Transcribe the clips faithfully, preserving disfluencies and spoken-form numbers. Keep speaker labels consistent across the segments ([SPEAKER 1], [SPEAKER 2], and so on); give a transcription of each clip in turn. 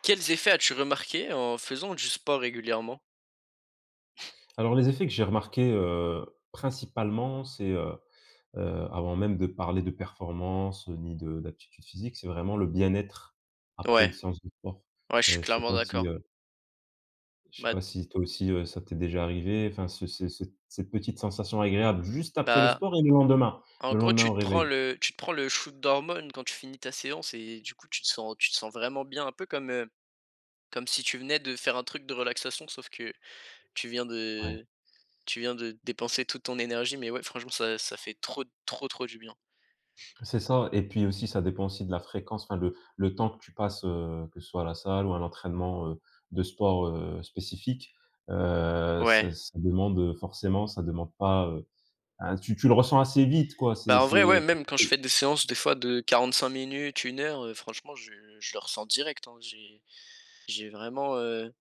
[SPEAKER 1] Quels effets as-tu remarqué en faisant du sport régulièrement?
[SPEAKER 2] Alors les effets que j'ai remarqués, heu, principalement, c'est, heu heu, avant même de parler de performance, heu, ni de d'aptitude physique, c'est vraiment le bien-être après
[SPEAKER 1] Ouais,
[SPEAKER 2] une séance de sport.
[SPEAKER 1] ouais, je suis
[SPEAKER 2] Heu, je sais
[SPEAKER 1] clairement
[SPEAKER 2] pas si,
[SPEAKER 1] d'accord.
[SPEAKER 2] heu, je sais
[SPEAKER 1] Bah
[SPEAKER 2] pas si toi aussi, heu, ça t'est déjà arrivé, enfin ce ce cette cette petite sensation agréable juste après le
[SPEAKER 1] bah,
[SPEAKER 2] sport et le lendemain,
[SPEAKER 1] en
[SPEAKER 2] le
[SPEAKER 1] gros,
[SPEAKER 2] lendemain
[SPEAKER 1] tu
[SPEAKER 2] au
[SPEAKER 1] te prends
[SPEAKER 2] réveil.
[SPEAKER 1] le tu te prends le shoot d'hormones quand tu finis ta séance et du coup, tu te sens tu te sens vraiment bien, un peu comme, heu, comme si tu venais de faire un truc de relaxation, sauf que tu viens
[SPEAKER 2] Ouais.
[SPEAKER 1] de tu viens de dépenser toute ton énergie, mais ouais, franchement, ça ça fait trop, trop, trop du bien.
[SPEAKER 2] C'est ça et puis aussi ça dépend aussi de la fréquence, enfin le le temps que tu passes, heu, que ce soit à la salle ou à l'entraînement, heu, de sport, heu, spécifique, heu,
[SPEAKER 1] Ouais.
[SPEAKER 2] ça ça demande, heu, forcément ça demande pas, heu, hein, tu tu le ressens assez vite quoi, c'est
[SPEAKER 1] Bah, en vrai, ouais,
[SPEAKER 2] c'est
[SPEAKER 1] même quand je fais des séances, des fois, de quarante-cinq minutes, une heure, heu, franchement, je je le ressens direct, hein. J'ai j'ai vraiment, heu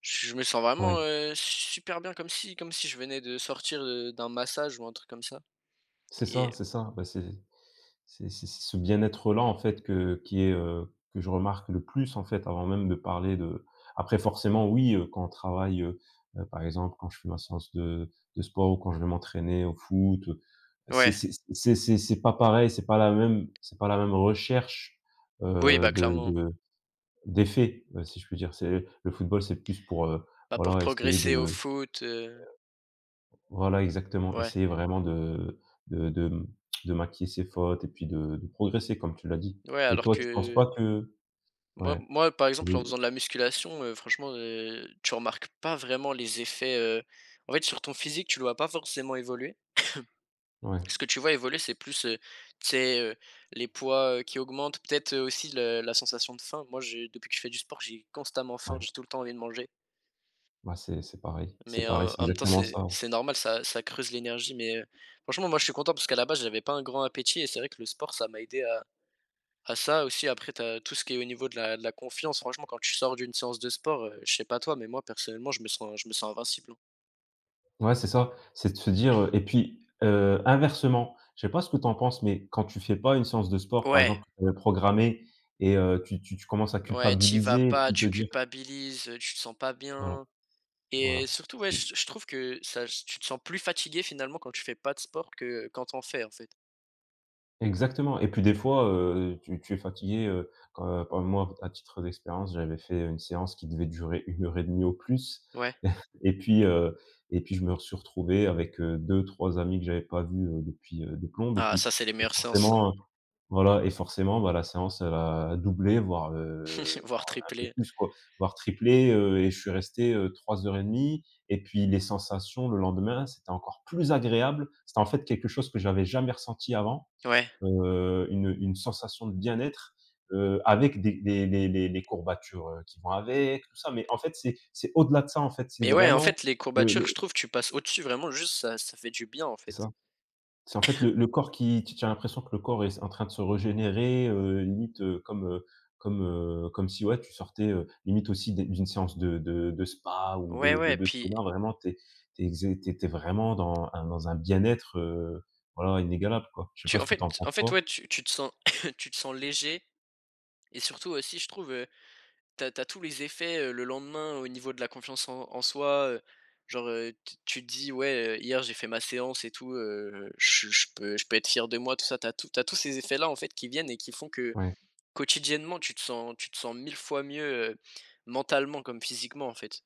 [SPEAKER 1] Je me sens vraiment,
[SPEAKER 2] ouais.
[SPEAKER 1] heu, super bien comme si comme si je venais de sortir, heu, d'un massage ou un truc comme ça
[SPEAKER 2] C'est ça,
[SPEAKER 1] et
[SPEAKER 2] c'est ça. Bah, c'est c'est c'est c'est ce bien-être-là, en fait, que qui est, heu, que je remarque le plus, en fait, avant même de parler de après forcément, oui, heu, quand on travaille, heu heu, par exemple, quand je fais ma séance de de sport ou quand je vais m'entraîner au foot, heu, c'est
[SPEAKER 1] ouais,
[SPEAKER 2] c'est c'est c'est c'est pas pareil, c'est pas la même c'est pas la même recherche,
[SPEAKER 1] oui,
[SPEAKER 2] heu,
[SPEAKER 1] bah,
[SPEAKER 2] de
[SPEAKER 1] clairement.
[SPEAKER 2] de d'effet, heu, si je puis dire. C'est le football, c'est plus pour, heu,
[SPEAKER 1] Bah, pour
[SPEAKER 2] voilà, essayer de
[SPEAKER 1] progresser au foot, heu,
[SPEAKER 2] voilà, exactement.
[SPEAKER 1] ouais,
[SPEAKER 2] Essayer vraiment de de de, mmh, de maquiller ses fautes et puis de de progresser comme tu l'as dit.
[SPEAKER 1] ouais,
[SPEAKER 2] Et
[SPEAKER 1] alors
[SPEAKER 2] toi, tu penses
[SPEAKER 1] que
[SPEAKER 2] pas que
[SPEAKER 1] moi
[SPEAKER 2] ouais,
[SPEAKER 1] moi, par exemple, en
[SPEAKER 2] j'ai
[SPEAKER 1] faisant de la musculation, heu, franchement, heu, tu remarques pas vraiment les effets, heu, en fait, sur ton physique, tu le vois pas forcément évoluer.
[SPEAKER 2] ouais,
[SPEAKER 1] Ce que tu vois évoluer, c'est plus, heu, tu sais, heu, les poids, heu, qui augmentent, peut-être, heu, aussi le la sensation de faim. Moi, j'ai depuis que je fais du sport, j'ai constamment faim,
[SPEAKER 2] ouais,
[SPEAKER 1] j'ai tout le temps envie de manger.
[SPEAKER 2] bah, c'est c'est pareil, c'est
[SPEAKER 1] Mais
[SPEAKER 2] pareil,
[SPEAKER 1] heu,
[SPEAKER 2] c'est
[SPEAKER 1] en même temps,
[SPEAKER 2] exactement
[SPEAKER 1] c'est
[SPEAKER 2] ça.
[SPEAKER 1] c'est normal, ça ça creuse l'énergie, mais heu, franchement, moi, je suis content parce qu'à la base, j'avais pas un grand appétit et c'est vrai que le sport, ça m'a aidé à à ça aussi. Après, t'as tout ce qui est au niveau de la de la confiance. Franchement, quand tu sors d'une séance de sport, heu, je sais pas toi, mais moi, personnellement, je me sens je me sens invincible, hein.
[SPEAKER 2] Ouais, c'est ça, c'est de se dire, heu et puis, heu, inversement, je sais pas ce que tu en penses, mais quand tu fais pas une séance de sport, par
[SPEAKER 1] Ouais.
[SPEAKER 2] exemple, que tu programmée et heu, tu tu tu commences à
[SPEAKER 1] Ouais, tu vas
[SPEAKER 2] culpabiliser et
[SPEAKER 1] pas,
[SPEAKER 2] puis te
[SPEAKER 1] tu
[SPEAKER 2] dire
[SPEAKER 1] culpabilises, heu, tu te sens pas
[SPEAKER 2] voilà,
[SPEAKER 1] bien et
[SPEAKER 2] voilà,
[SPEAKER 1] surtout, ouais, je je trouve que ça tu te sens plus fatigué, finalement, quand tu fais pas de sport que quand t'en fais, en fait.
[SPEAKER 2] exactement et puis des fois, heu, tu tu es fatigué, heu, quand euh, par moi, à titre d'expérience, j'avais fait une séance qui devait durer une heure et demie au plus
[SPEAKER 1] Ouais.
[SPEAKER 2] et puis, heu et puis je me suis retrouvé avec, heu, deux trois amis que j'avais pas vus, heu, depuis, heu, des plombes et
[SPEAKER 1] Ah,
[SPEAKER 2] puis
[SPEAKER 1] ça, c'est les
[SPEAKER 2] et
[SPEAKER 1] meilleures séances, ça,
[SPEAKER 2] forcément, heu, voilà et forcément, bah, la séance, elle a doublé, voire, heu,
[SPEAKER 1] voire
[SPEAKER 2] un peu
[SPEAKER 1] triplées.
[SPEAKER 2] plus quoi, voire triplé, heu et je suis resté, heu, trois heures et demie et puis les sensations le lendemain, c'était encore plus agréable. C'était en fait quelque chose que j'avais jamais ressenti avant
[SPEAKER 1] Ouais.
[SPEAKER 2] heu, une une sensation de bien-être, heu, avec des les les les les courbatures, heu, qui vont avec, tout ça. Mais en fait, c'est c'est au-delà de ça, en fait. C'est
[SPEAKER 1] Mais ouais, en
[SPEAKER 2] vraiment
[SPEAKER 1] fait, les
[SPEAKER 2] le
[SPEAKER 1] courbatures, je
[SPEAKER 2] le
[SPEAKER 1] trouve, tu passes au-dessus, vraiment, juste, ça ça fait du bien, en
[SPEAKER 2] c'est
[SPEAKER 1] fait.
[SPEAKER 2] ça. C'est en fait le le corps qui tu tu as l'impression que le corps est en train de se régénérer, heu, limite, heu, comme, heu, comme, heu, comme si, ouais, tu sortais, heu, limite aussi d'é d'une séance de de de spa ou
[SPEAKER 1] Ouais,
[SPEAKER 2] de de
[SPEAKER 1] ouais,
[SPEAKER 2] de
[SPEAKER 1] puis
[SPEAKER 2] sauna. Vraiment, t'es t'es exé tu étais vraiment dans un dans un bien-être, heu, voilà, inégalable, quoi. Je sais
[SPEAKER 1] tu
[SPEAKER 2] pas ce
[SPEAKER 1] en
[SPEAKER 2] que tu en
[SPEAKER 1] fait
[SPEAKER 2] penses
[SPEAKER 1] en fait,
[SPEAKER 2] toi?
[SPEAKER 1] ouais, tu tu te sens tu te sens léger et surtout aussi, je trouve, heu, t'as as tous les effets, heu, le lendemain au niveau de la confiance en en soi, heu, genre, heu, tu tu te dis: «Ouais, heu, hier, j'ai fait ma séance et tout, heu, je je peux je peux être fier de moi», tout ça. T'as tout t'as tous ces effets-là, en fait, qui viennent et qui font que,
[SPEAKER 2] Ouais,
[SPEAKER 1] quotidiennement, tu te sens tu te sens mille fois mieux, heu, mentalement comme physiquement, en fait.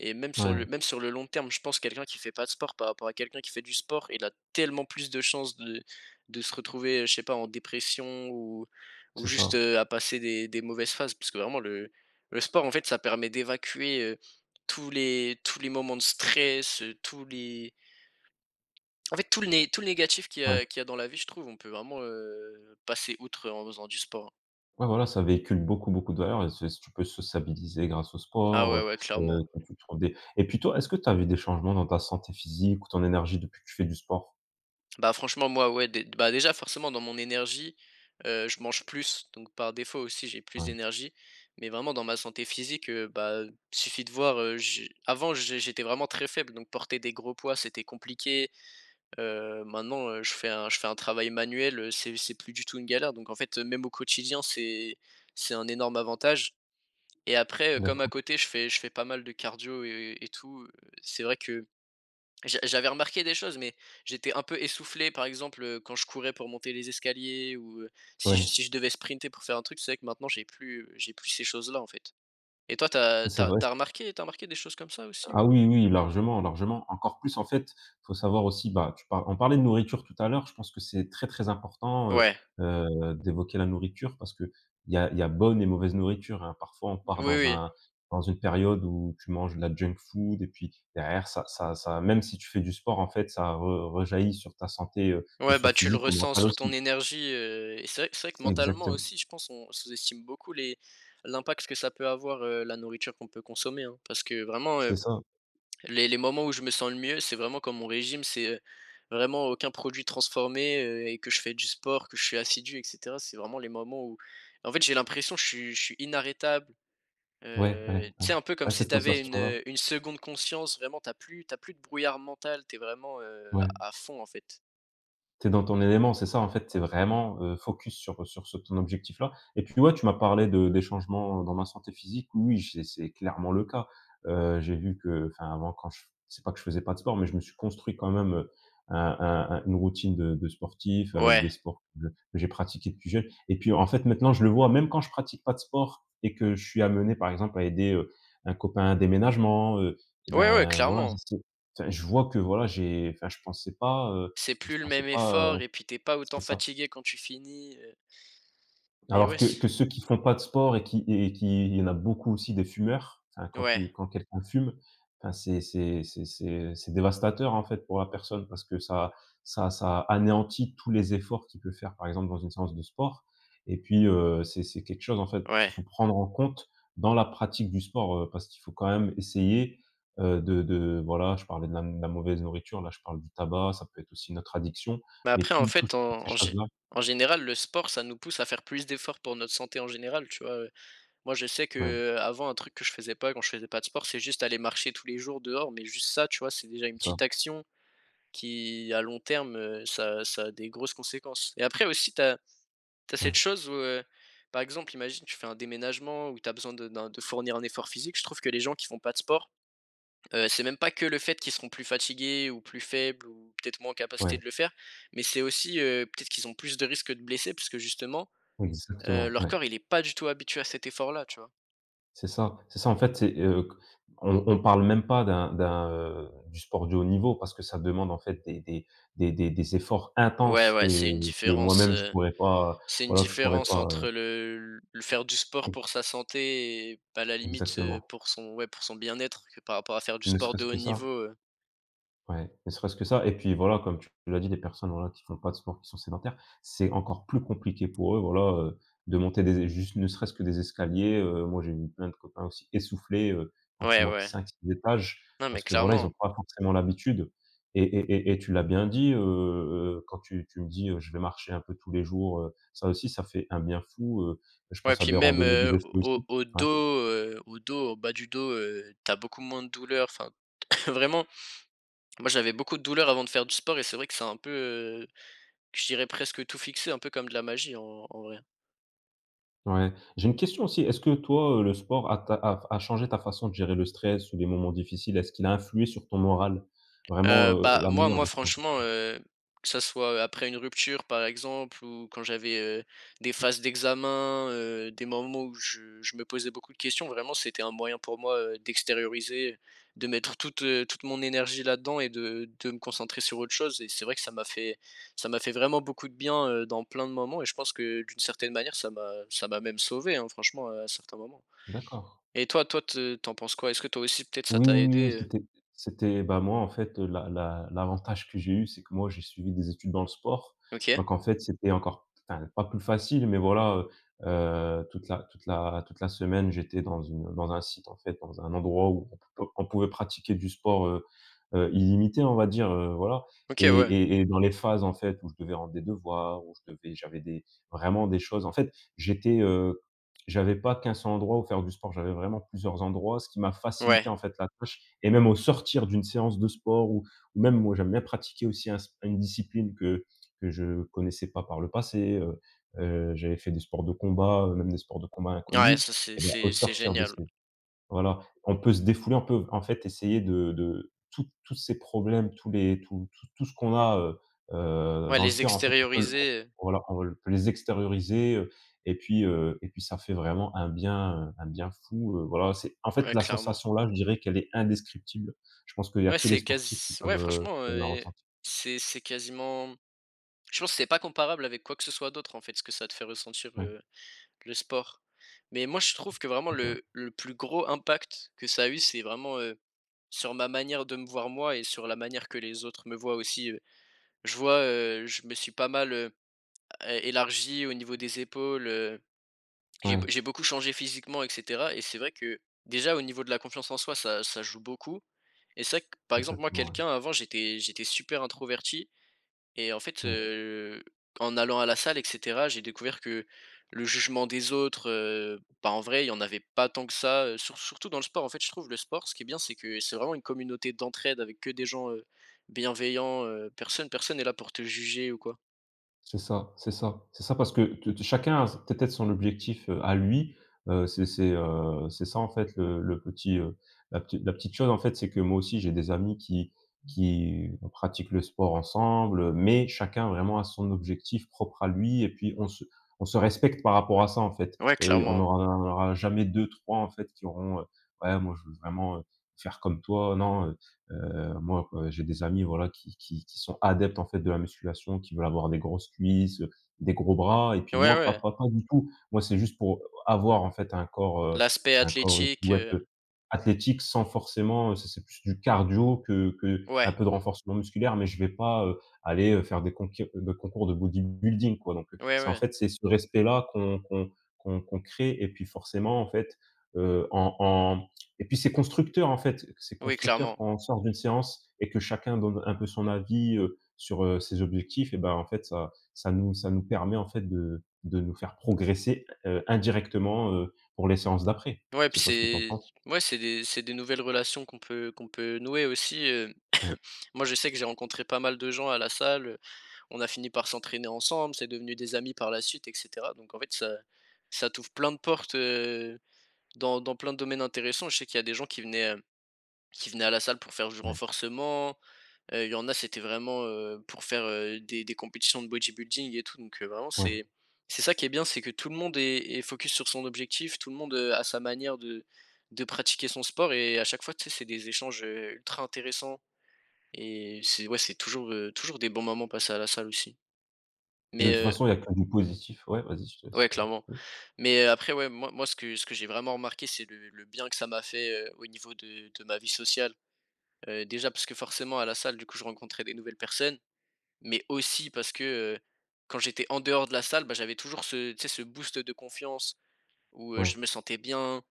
[SPEAKER 1] Et même sur le
[SPEAKER 2] ouais,
[SPEAKER 1] même sur le long terme, je pense que quelqu'un qui fait pas de sport par rapport à quelqu'un qui fait du sport, il a tellement plus de chances de de se retrouver, je sais pas, en dépression ou ou
[SPEAKER 2] c'est
[SPEAKER 1] juste,
[SPEAKER 2] ça.
[SPEAKER 1] heu, à passer des des mauvaises phases. Parce que vraiment le le sport, en fait, ça permet d'évacuer, heu, tous les tous les moments de stress, heu, tous les en fait tout le né tout le négatif qu'il y
[SPEAKER 2] Ouais.
[SPEAKER 1] a qu'il y a dans la vie, je trouve, on peut vraiment, heu, passer outre en faisant du sport.
[SPEAKER 2] Ouais, voilà, ça véhicule beaucoup, beaucoup de valeurs et c'est tu peux sociabiliser grâce au
[SPEAKER 1] Ah
[SPEAKER 2] sport,
[SPEAKER 1] ouais, ouais,
[SPEAKER 2] heu
[SPEAKER 1] clairement.
[SPEAKER 2] heu, tu tu trouves des et puis toi, est-ce que tu as vu des changements dans ta santé physique ou ton énergie depuis que tu fais du sport?
[SPEAKER 1] Bah, franchement, moi, ouais, dé bah, déjà, forcément, dans mon énergie, heu, je mange plus, donc par défaut aussi, j'ai plus
[SPEAKER 2] Ouais,
[SPEAKER 1] d'énergie. Mais vraiment dans ma santé physique, heu, bah, suffit de voir, heu, j'ai avant, j'ai j'étais vraiment très faible, donc porter des gros poids, c'était compliqué. Heu, maintenant, heu, je fais un je fais un travail manuel, heu, c'est c'est plus du tout une galère. Donc en fait, heu, même au quotidien, c'est c'est un énorme avantage. Et après, heu, comme à
[SPEAKER 2] d'accord.
[SPEAKER 1] côté, je fais je fais pas mal de cardio et et tout, heu, c'est vrai que J'a j'avais remarqué des choses, mais j'étais un peu essoufflé, par exemple, heu, quand je courais pour monter les escaliers ou, heu, si je
[SPEAKER 2] Ouais,
[SPEAKER 1] si je devais sprinter pour faire un truc, c'est vrai que maintenant j'ai plus, j'ai plus ces choses-là, en fait. Et toi, t'as
[SPEAKER 2] mais c'est
[SPEAKER 1] t'as
[SPEAKER 2] vrai
[SPEAKER 1] t'as remarqué t'as remarqué des choses comme ça aussi
[SPEAKER 2] ah
[SPEAKER 1] ou?
[SPEAKER 2] oui, oui, largement, largement. Encore plus, en fait, faut savoir aussi, bah, tu par on parlait de nourriture tout à l'heure, je pense que c'est très, très important, heu
[SPEAKER 1] Ouais,
[SPEAKER 2] heu, d'évoquer la nourriture parce que il y a il y a bonne et mauvaise nourriture, hein. Parfois, on part
[SPEAKER 1] oui,
[SPEAKER 2] dans
[SPEAKER 1] oui.
[SPEAKER 2] un dans une période où tu manges de la junk food et puis derrière ça ça ça même si tu fais du sport, en fait, ça re rejaillit sur ta santé, heu, que
[SPEAKER 1] Ouais,
[SPEAKER 2] ce
[SPEAKER 1] bah,
[SPEAKER 2] soit
[SPEAKER 1] tu le
[SPEAKER 2] physique ou
[SPEAKER 1] ressens
[SPEAKER 2] mentale
[SPEAKER 1] sur ton
[SPEAKER 2] aussi.
[SPEAKER 1] énergie, heu, et c'est vrai c'est vrai que
[SPEAKER 2] C'est
[SPEAKER 1] mentalement
[SPEAKER 2] exactement
[SPEAKER 1] aussi, je pense, on sous-estime beaucoup les l'impact que ça peut avoir, heu, la nourriture qu'on peut consommer, hein. Parce que vraiment,
[SPEAKER 2] c'est
[SPEAKER 1] heu
[SPEAKER 2] ça.
[SPEAKER 1] Les les moments où je me sens le mieux, c'est vraiment quand mon régime, c'est, heu, vraiment aucun produit transformé, heu et que je fais du sport, que je suis assidu et cetera. C'est vraiment les moments où en fait, j'ai l'impression que je suis je suis inarrêtable,
[SPEAKER 2] Ouais, ouais,
[SPEAKER 1] heu, tu
[SPEAKER 2] ouais.
[SPEAKER 1] sais, un peu comme
[SPEAKER 2] Ouais,
[SPEAKER 1] si
[SPEAKER 2] cette
[SPEAKER 1] tu avais une,
[SPEAKER 2] sensation-là.
[SPEAKER 1] heu, une seconde conscience, vraiment, t'as plus t'as plus de brouillard mental, T'es vraiment, heu,
[SPEAKER 2] Ouais.
[SPEAKER 1] à à fond, en fait.
[SPEAKER 2] Tu es dans ton élément, c'est ça en fait, c'est vraiment, heu, focus sur sur ce ton objectif-là et puis ouais, tu m'as parlé de des changements dans ma santé physique. Oui, c'est c'est clairement le cas. Heu, j'ai vu que enfin avant quand je c'est pas que je faisais pas de sport, mais je me suis construit quand même, heu, un un un une routine de de sportif avec
[SPEAKER 1] Ouais.
[SPEAKER 2] des sports que que j'ai pratiqués depuis jeune et puis en fait maintenant je le vois même quand je pratique pas de sport et que je suis amené par exemple à aider, heu, un copain à un déménagement, heu et
[SPEAKER 1] Ouais, ouais,
[SPEAKER 2] ben voilà,
[SPEAKER 1] clairement.
[SPEAKER 2] c'est enfin je vois que voilà j'ai enfin je pensais pas, euh,
[SPEAKER 1] C'est
[SPEAKER 2] je
[SPEAKER 1] plus le
[SPEAKER 2] pensais
[SPEAKER 1] même
[SPEAKER 2] pas,
[SPEAKER 1] effort
[SPEAKER 2] heu
[SPEAKER 1] et puis t'es pas autant
[SPEAKER 2] c'est ça.
[SPEAKER 1] fatigué quand tu finis, heu et
[SPEAKER 2] Alors
[SPEAKER 1] ouais,
[SPEAKER 2] que
[SPEAKER 1] c
[SPEAKER 2] que ceux qui font pas de sport et qui et qui il y en a beaucoup aussi des fumeurs, enfin quand
[SPEAKER 1] ouais,
[SPEAKER 2] tu quand quelqu'un fume, enfin c'est c'est c'est c'est c'est dévastateur en fait pour la personne parce que ça ça ça anéantit tous les efforts qu'il peut faire par exemple dans une séance de sport et puis, heu, c'est c'est quelque chose en fait
[SPEAKER 1] ouais.
[SPEAKER 2] qu'il faut prendre en compte dans la pratique du sport, heu, parce qu'il faut quand même essayer, heu, de de voilà, je parlais de la de la mauvaise nourriture, là je parle du tabac, ça peut être aussi notre addiction,
[SPEAKER 1] Mais
[SPEAKER 2] mais
[SPEAKER 1] après, en
[SPEAKER 2] tout tout
[SPEAKER 1] fait,
[SPEAKER 2] toutes
[SPEAKER 1] en
[SPEAKER 2] ces
[SPEAKER 1] en gé
[SPEAKER 2] choses-là
[SPEAKER 1] en général, le sport, ça nous pousse à faire plus d'efforts pour notre santé en général, tu vois? Ouais. Moi, je sais que
[SPEAKER 2] ouais.
[SPEAKER 1] euh, avant un truc que je faisais pas quand je faisais pas de sport, c'est juste aller marcher tous les jours dehors, mais juste ça, tu vois, c'est déjà une
[SPEAKER 2] C'est ça,
[SPEAKER 1] petite action qui, à long terme, heu, ça ça a des grosses conséquences et après aussi, t'as t'as
[SPEAKER 2] ouais,
[SPEAKER 1] cette chose où, heu, par exemple, imagine, tu fais un déménagement où t'as besoin de d'un de fournir un effort physique. Je trouve que les gens qui font pas de sport Heu, C'est même pas que le fait qu'ils seront plus fatigués ou plus faibles ou peut-être moins en capacité
[SPEAKER 2] ouais,
[SPEAKER 1] de le faire, mais c'est aussi, heu, peut-être qu'ils ont plus de risques de blesser parce que justement, heu,
[SPEAKER 2] exactement,
[SPEAKER 1] leur
[SPEAKER 2] ouais.
[SPEAKER 1] corps il est pas du tout habitué à cet effort-là, tu vois?
[SPEAKER 2] C'est ça, c'est ça en fait, c'est, heu, on on parle même pas d'un d'un, heu, du sport de haut niveau parce que ça demande en fait des des des des des efforts
[SPEAKER 1] Ouais,
[SPEAKER 2] intenses
[SPEAKER 1] ouais, c'est
[SPEAKER 2] et
[SPEAKER 1] une
[SPEAKER 2] que
[SPEAKER 1] différence,
[SPEAKER 2] moi-même je
[SPEAKER 1] heu,
[SPEAKER 2] pourrais pas,
[SPEAKER 1] c'est une
[SPEAKER 2] voilà, que je pourrais
[SPEAKER 1] différence
[SPEAKER 2] pas, heu,
[SPEAKER 1] entre le le faire du sport
[SPEAKER 2] e
[SPEAKER 1] pour sa santé et à la limite, heu,
[SPEAKER 2] exactement.
[SPEAKER 1] pour son ouais, pour son bien-être que par rapport à faire du
[SPEAKER 2] Ne
[SPEAKER 1] sport de
[SPEAKER 2] serait-ce
[SPEAKER 1] haut
[SPEAKER 2] que ça.
[SPEAKER 1] niveau, heu
[SPEAKER 2] Ouais, ne serait-ce que ça et puis voilà, comme tu l'as dit, des personnes, voilà, qui font pas de sport, qui sont sédentaires, c'est encore plus compliqué pour eux, voilà, heu, de monter des juste ne serait-ce que des escaliers, heu, moi j'ai eu plein de copains aussi essoufflés, heu, quand tu
[SPEAKER 1] ouais,
[SPEAKER 2] montes
[SPEAKER 1] ouais.
[SPEAKER 2] cinq six étages
[SPEAKER 1] Non, mais
[SPEAKER 2] parce que voilà, ils
[SPEAKER 1] clairement.
[SPEAKER 2] n'ont pas forcément l'habitude et et et et tu l'as bien dit, heu heu, quand tu tu me dis, heu: «Je vais marcher un peu tous les jours», heu, ça aussi, ça fait un bien fou, heu, je
[SPEAKER 1] Ouais,
[SPEAKER 2] pense à
[SPEAKER 1] puis
[SPEAKER 2] des
[SPEAKER 1] même,
[SPEAKER 2] randonnées que
[SPEAKER 1] heu,
[SPEAKER 2] je fais
[SPEAKER 1] au
[SPEAKER 2] aussi.
[SPEAKER 1] au
[SPEAKER 2] Ouais.
[SPEAKER 1] dos, heu, au dos, au bas du dos, heu, tu beaucoup moins de douleur, enfin vraiment Moi, j'avais beaucoup de douleurs avant de faire du sport et c'est vrai que c'est un peu, heu, je dirais presque tout fixé, un peu comme de la magie en en vrai.
[SPEAKER 2] Ouais. J'ai une question aussi. Est-ce que toi, heu, le sport a ta a a changé ta façon de gérer le stress ou les moments difficiles? Est-ce qu'il a influé sur ton moral? Vraiment,
[SPEAKER 1] Heu,
[SPEAKER 2] heu,
[SPEAKER 1] bah,
[SPEAKER 2] la
[SPEAKER 1] moi
[SPEAKER 2] manière
[SPEAKER 1] moi
[SPEAKER 2] de changer?
[SPEAKER 1] franchement, heu, que ça soit, après une rupture par exemple ou quand j'avais, heu, des phases d'examen, heu, des moments où je je me posais beaucoup de questions, vraiment c'était un moyen pour moi, heu, d'extérioriser, de mettre toute, heu, toute mon énergie là-dedans et de de me concentrer sur autre chose et c'est vrai que ça m'a fait ça m'a fait vraiment beaucoup de bien, heu, dans plein de moments et je pense que d'une certaine manière ça m'a ça m'a même sauvé, hein, franchement, à certains moments.
[SPEAKER 2] D'accord.
[SPEAKER 1] Et toi toi te tu penses quoi? Est-ce que toi aussi peut-être ça
[SPEAKER 2] Oui,
[SPEAKER 1] t'a
[SPEAKER 2] oui, oui,
[SPEAKER 1] aidé, heu?
[SPEAKER 2] c'était c'était bah, moi, en fait, la la l'avantage que j'ai eu, c'est que moi, j'ai suivi des études dans le sport.
[SPEAKER 1] OK.
[SPEAKER 2] Donc en fait, c'était encore enfin, pas plus facile, mais voilà, heu heu, toute la toute la toute la semaine, j'étais dans une dans un site, en fait, dans un endroit où on pou on pouvait pratiquer du sport, heu heu, illimité, on va dire, heu, voilà
[SPEAKER 1] OK,
[SPEAKER 2] et
[SPEAKER 1] ouais.
[SPEAKER 2] et et dans les phases, en fait, où je devais rendre des devoirs, où je devais j'avais des vraiment des choses en fait, j'étais, heu j'avais pas qu'un seul endroit où faire du sport, j'avais vraiment plusieurs endroits, ce qui m'a
[SPEAKER 1] Ouais.
[SPEAKER 2] facilité, en fait, la tâche et même au sortir d'une séance de sport ou ou même moi, j'aime bien pratiquer aussi un s une discipline que que je connaissais pas par le passé, heu heu, j'avais fait des sports de combat, heu, même des sports de combat
[SPEAKER 1] Ouais,
[SPEAKER 2] inconnus
[SPEAKER 1] ça c'est
[SPEAKER 2] et bah, au
[SPEAKER 1] c'est c'est
[SPEAKER 2] sortir de
[SPEAKER 1] génial.
[SPEAKER 2] ces voilà, on peut se défouler, on peut en fait essayer de de tous tous ces problèmes, tous les tout tout tout ce qu'on a, heu heu,
[SPEAKER 1] Ouais,
[SPEAKER 2] dans le
[SPEAKER 1] les
[SPEAKER 2] cœur en fait, on peut le on
[SPEAKER 1] extérioriser, heu,
[SPEAKER 2] voilà, on peut les extérioriser, heu et puis, heu et puis ça fait vraiment un bien, un bien fou, heu, voilà, c'est en fait
[SPEAKER 1] ouais
[SPEAKER 2] la
[SPEAKER 1] clairement.
[SPEAKER 2] sensation là, je dirais qu'elle est indescriptible. Je pense qu'il y a
[SPEAKER 1] Ouais,
[SPEAKER 2] que les
[SPEAKER 1] c'est
[SPEAKER 2] sportifs qui
[SPEAKER 1] quasi
[SPEAKER 2] peuvent,
[SPEAKER 1] ouais
[SPEAKER 2] heu,
[SPEAKER 1] franchement,
[SPEAKER 2] qui peuvent
[SPEAKER 1] heu
[SPEAKER 2] la
[SPEAKER 1] et
[SPEAKER 2] ressentir.
[SPEAKER 1] c'est c'est quasiment je pense que c'est pas comparable avec quoi que ce soit d'autre en fait, ce que ça te fait ressentir,
[SPEAKER 2] Ouais,
[SPEAKER 1] heu, le sport. Mais moi je trouve que vraiment
[SPEAKER 2] c'est vrai.
[SPEAKER 1] le le plus gros impact que ça a eu, c'est vraiment, heu, sur ma manière de me voir moi et sur la manière que les autres me voient aussi, heu. Je vois, heu, je me suis pas mal, heu, é élargi au niveau des épaules, heu J'ai b
[SPEAKER 2] Ouais,
[SPEAKER 1] j'ai beaucoup changé physiquement et cetera et c'est vrai que, déjà, au niveau de la confiance en soi, ça ça joue beaucoup et c'est vrai que, par exemple, moi,
[SPEAKER 2] exactement, ouais.
[SPEAKER 1] quelqu'un avant, j'étais j'étais super introverti et en fait,
[SPEAKER 2] Ouais.
[SPEAKER 1] heu, en allant à la salle et cetera, j'ai découvert que le jugement des autres, heu, bah, en vrai, il y en avait pas tant que ça, heu, sur surtout dans le sport. En fait, je trouve le sport, ce qui est bien, c'est que c'est vraiment une communauté d'entraide avec que des gens, heu, bienveillants, heu, personne personne n'est là pour te juger ou quoi.
[SPEAKER 2] C'est ça, c'est ça. C'est ça parce que t t chacun a s peut-être son objectif, heu, à lui. Heu, c'est c'est, heu, c'est ça en fait le le petit, heu, la petite la petite chose en fait, c'est que moi aussi j'ai des amis qui qui pratiquent le sport ensemble, mais chacun vraiment a son objectif propre à lui et puis on se on se respecte par rapport à ça en fait.
[SPEAKER 1] Ouais,
[SPEAKER 2] Heu, on
[SPEAKER 1] clairement.
[SPEAKER 2] n'aura aura on aura jamais deux trois en fait qui auront, heu: «Ouais, moi je veux vraiment, heu, faire comme toi, non, euh, heu, moi, heu, j'ai des amis, voilà, qui qui qui sont adeptes, en fait, de la musculation, qui veulent avoir des grosses cuisses, heu, des gros bras et puis
[SPEAKER 1] Ouais,
[SPEAKER 2] moi, pas
[SPEAKER 1] ouais,
[SPEAKER 2] pas pas du tout. Moi, c'est juste pour avoir, en fait, un corps, heu,
[SPEAKER 1] l'aspect
[SPEAKER 2] un corps, une
[SPEAKER 1] athlétique,
[SPEAKER 2] silhouette,
[SPEAKER 1] heu,
[SPEAKER 2] heu, athlétique sans forcément, heu, c'est c'est plus du cardio que que un
[SPEAKER 1] ouais,
[SPEAKER 2] peu de renforcement musculaire, mais je vais pas, heu, aller, heu, faire des conqué de concours de bodybuilding, quoi, donc heu,
[SPEAKER 1] ouais,
[SPEAKER 2] c'est en
[SPEAKER 1] ouais.
[SPEAKER 2] fait, c'est ce respect-là qu'on qu'on qu'on qu'on crée et puis forcément, en fait, heu, en et puis c'est constructeur en fait, c'est
[SPEAKER 1] Oui,
[SPEAKER 2] constructeur
[SPEAKER 1] clairement.
[SPEAKER 2] quand on sort d'une séance et que chacun donne un peu son avis, heu, sur, heu, ses objectifs et ben, en fait ça ça nous ça nous permet en fait de de nous faire progresser, heu, indirectement, heu, pour les séances d'après.
[SPEAKER 1] Ouais, puis
[SPEAKER 2] Je sais pas ce que tu en
[SPEAKER 1] c'est
[SPEAKER 2] penses?
[SPEAKER 1] ouais, c'est des c'est des nouvelles relations qu'on peut qu'on peut nouer aussi, heu.
[SPEAKER 2] Ouais,
[SPEAKER 1] Moi, je sais que j'ai rencontré pas mal de gens à la salle, heu, on a fini par s'entraîner ensemble, c'est devenu des amis par la suite et cetera. Donc en fait, ça ça t'ouvre plein de portes, heu, dans dans plein de domaines intéressants. Je sais qu'il y a des gens qui venaient, heu, qui venaient à la salle pour faire du
[SPEAKER 2] ouais,
[SPEAKER 1] renforcement, Heu, il y en a, c'était vraiment, heu, pour faire, heu, des des compétitions de bodybuilding et tout, donc heu, vraiment
[SPEAKER 2] ouais.
[SPEAKER 1] c'est c'est ça qui est bien, c'est que tout le monde est est focus sur son objectif, tout le monde, heu, a sa manière de de pratiquer son sport et à chaque fois, tu sais, c'est des échanges, heu, ultra intéressants et c'est ouais, c'est toujours, heu, toujours des bons moments passés à la salle aussi.
[SPEAKER 2] De
[SPEAKER 1] Mais
[SPEAKER 2] toute
[SPEAKER 1] heu
[SPEAKER 2] façon, il y a que du positif. Ouais, vas-y, je te laisse,
[SPEAKER 1] ouais,
[SPEAKER 2] heu,
[SPEAKER 1] clairement.
[SPEAKER 2] oui,
[SPEAKER 1] Mais heu, après, ouais, moi moi, ce que ce que j'ai vraiment remarqué, c'est le le bien que ça m'a fait, heu, au niveau de de ma vie sociale. Heu, déjà parce que forcément à la salle, du coup, je rencontrais des nouvelles personnes Mais aussi parce que, heu, quand j'étais en dehors de la salle, bah, j'avais toujours ce tu sais, ce boost de confiance où, heu, je
[SPEAKER 2] ouais.
[SPEAKER 1] me sentais bien,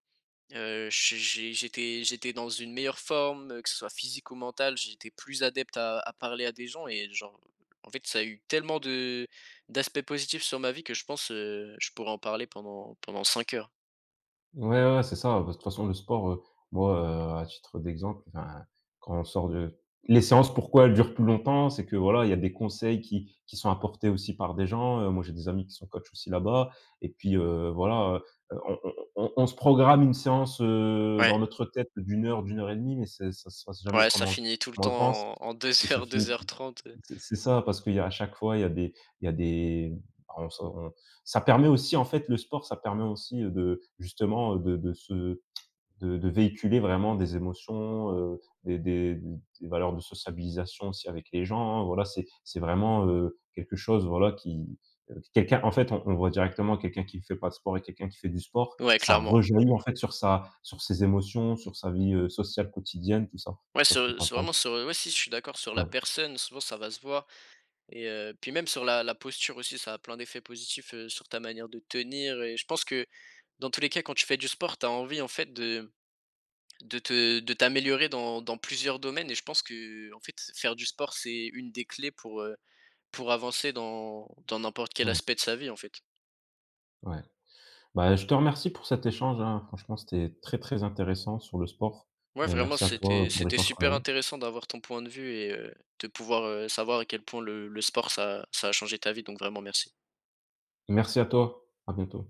[SPEAKER 1] heu, j'ai j'ai j'étais j'étais dans une meilleure forme, heu, que ce soit physique ou mentale, j'étais plus adepte à à parler à des gens et genre, en fait, ça a eu tellement de d'aspects positifs sur ma vie que je pense, heu, je pourrais en parler pendant pendant cinq heures.
[SPEAKER 2] Ouais, ouais, ouais, c'est ça. Bah, de toute façon, le sport, heu, moi, heu, à titre d'exemple, enfin, quand on sort de les séances, pourquoi elles durent plus longtemps? C'est que, voilà, il y a des conseils qui qui sont apportés aussi par des gens, heu, moi, j'ai des amis qui sont coachs aussi là-bas et puis, heu, voilà, heu, on on on on se programme une séance, heu,
[SPEAKER 1] Ouais,
[SPEAKER 2] dans notre tête d'une heure, d'une heure et demie, mais c'est ça se passe jamais
[SPEAKER 1] ouais, ça
[SPEAKER 2] comme on comme
[SPEAKER 1] finit tout le
[SPEAKER 2] on le pense,
[SPEAKER 1] temps en en
[SPEAKER 2] parce que
[SPEAKER 1] deux
[SPEAKER 2] ça
[SPEAKER 1] heures,
[SPEAKER 2] finit
[SPEAKER 1] deux heures trente, heu,
[SPEAKER 2] c'est c'est ça, parce qu'il y a à chaque fois, il y a des il y a des on se on ça permet aussi en fait le sport, ça permet aussi, de justement, de de se de de véhiculer vraiment des émotions, heu, des des des valeurs de sociabilisation aussi avec les gens, voilà, c'est c'est vraiment, heu, quelque chose, voilà, qui, heu, quelqu'un en fait, on on voit directement quelqu'un qui ne fait pas de sport et quelqu'un qui fait du sport,
[SPEAKER 1] ouais,
[SPEAKER 2] ça
[SPEAKER 1] clairement.
[SPEAKER 2] rejaillit en fait sur sa sur ses émotions, sur sa vie, heu, sociale quotidienne, tout ça. Je
[SPEAKER 1] Ouais,
[SPEAKER 2] sais pas ce que tu
[SPEAKER 1] sur, c'est
[SPEAKER 2] penses?
[SPEAKER 1] vraiment sur, ouais, si, je suis d'accord sur la
[SPEAKER 2] Ouais,
[SPEAKER 1] personne, souvent ça va se voir. Et heu, puis même sur la la posture aussi, ça a plein d'effets positifs, heu, sur ta manière de tenir et je pense que dans tous les cas, quand tu fais du sport, tu as envie en fait de de te de t'améliorer dans dans plusieurs domaines et je pense que en fait, faire du sport, c'est une des clés pour, heu, pour avancer dans dans n'importe quel
[SPEAKER 2] ouais,
[SPEAKER 1] aspect de sa vie en fait.
[SPEAKER 2] ouais. Bah, je te remercie pour cet échange, hein. Franchement, c'était très, très intéressant sur le sport.
[SPEAKER 1] Ouais,
[SPEAKER 2] Heu,
[SPEAKER 1] vraiment,
[SPEAKER 2] merci à toi,
[SPEAKER 1] c'était
[SPEAKER 2] pour
[SPEAKER 1] c'était
[SPEAKER 2] l'échange qu'on a
[SPEAKER 1] super
[SPEAKER 2] eu.
[SPEAKER 1] intéressant d'avoir ton point de vue et heu, de pouvoir, heu, savoir à quel point le le sport ça ça a changé ta vie, donc vraiment merci.
[SPEAKER 2] Merci à toi, à bientôt.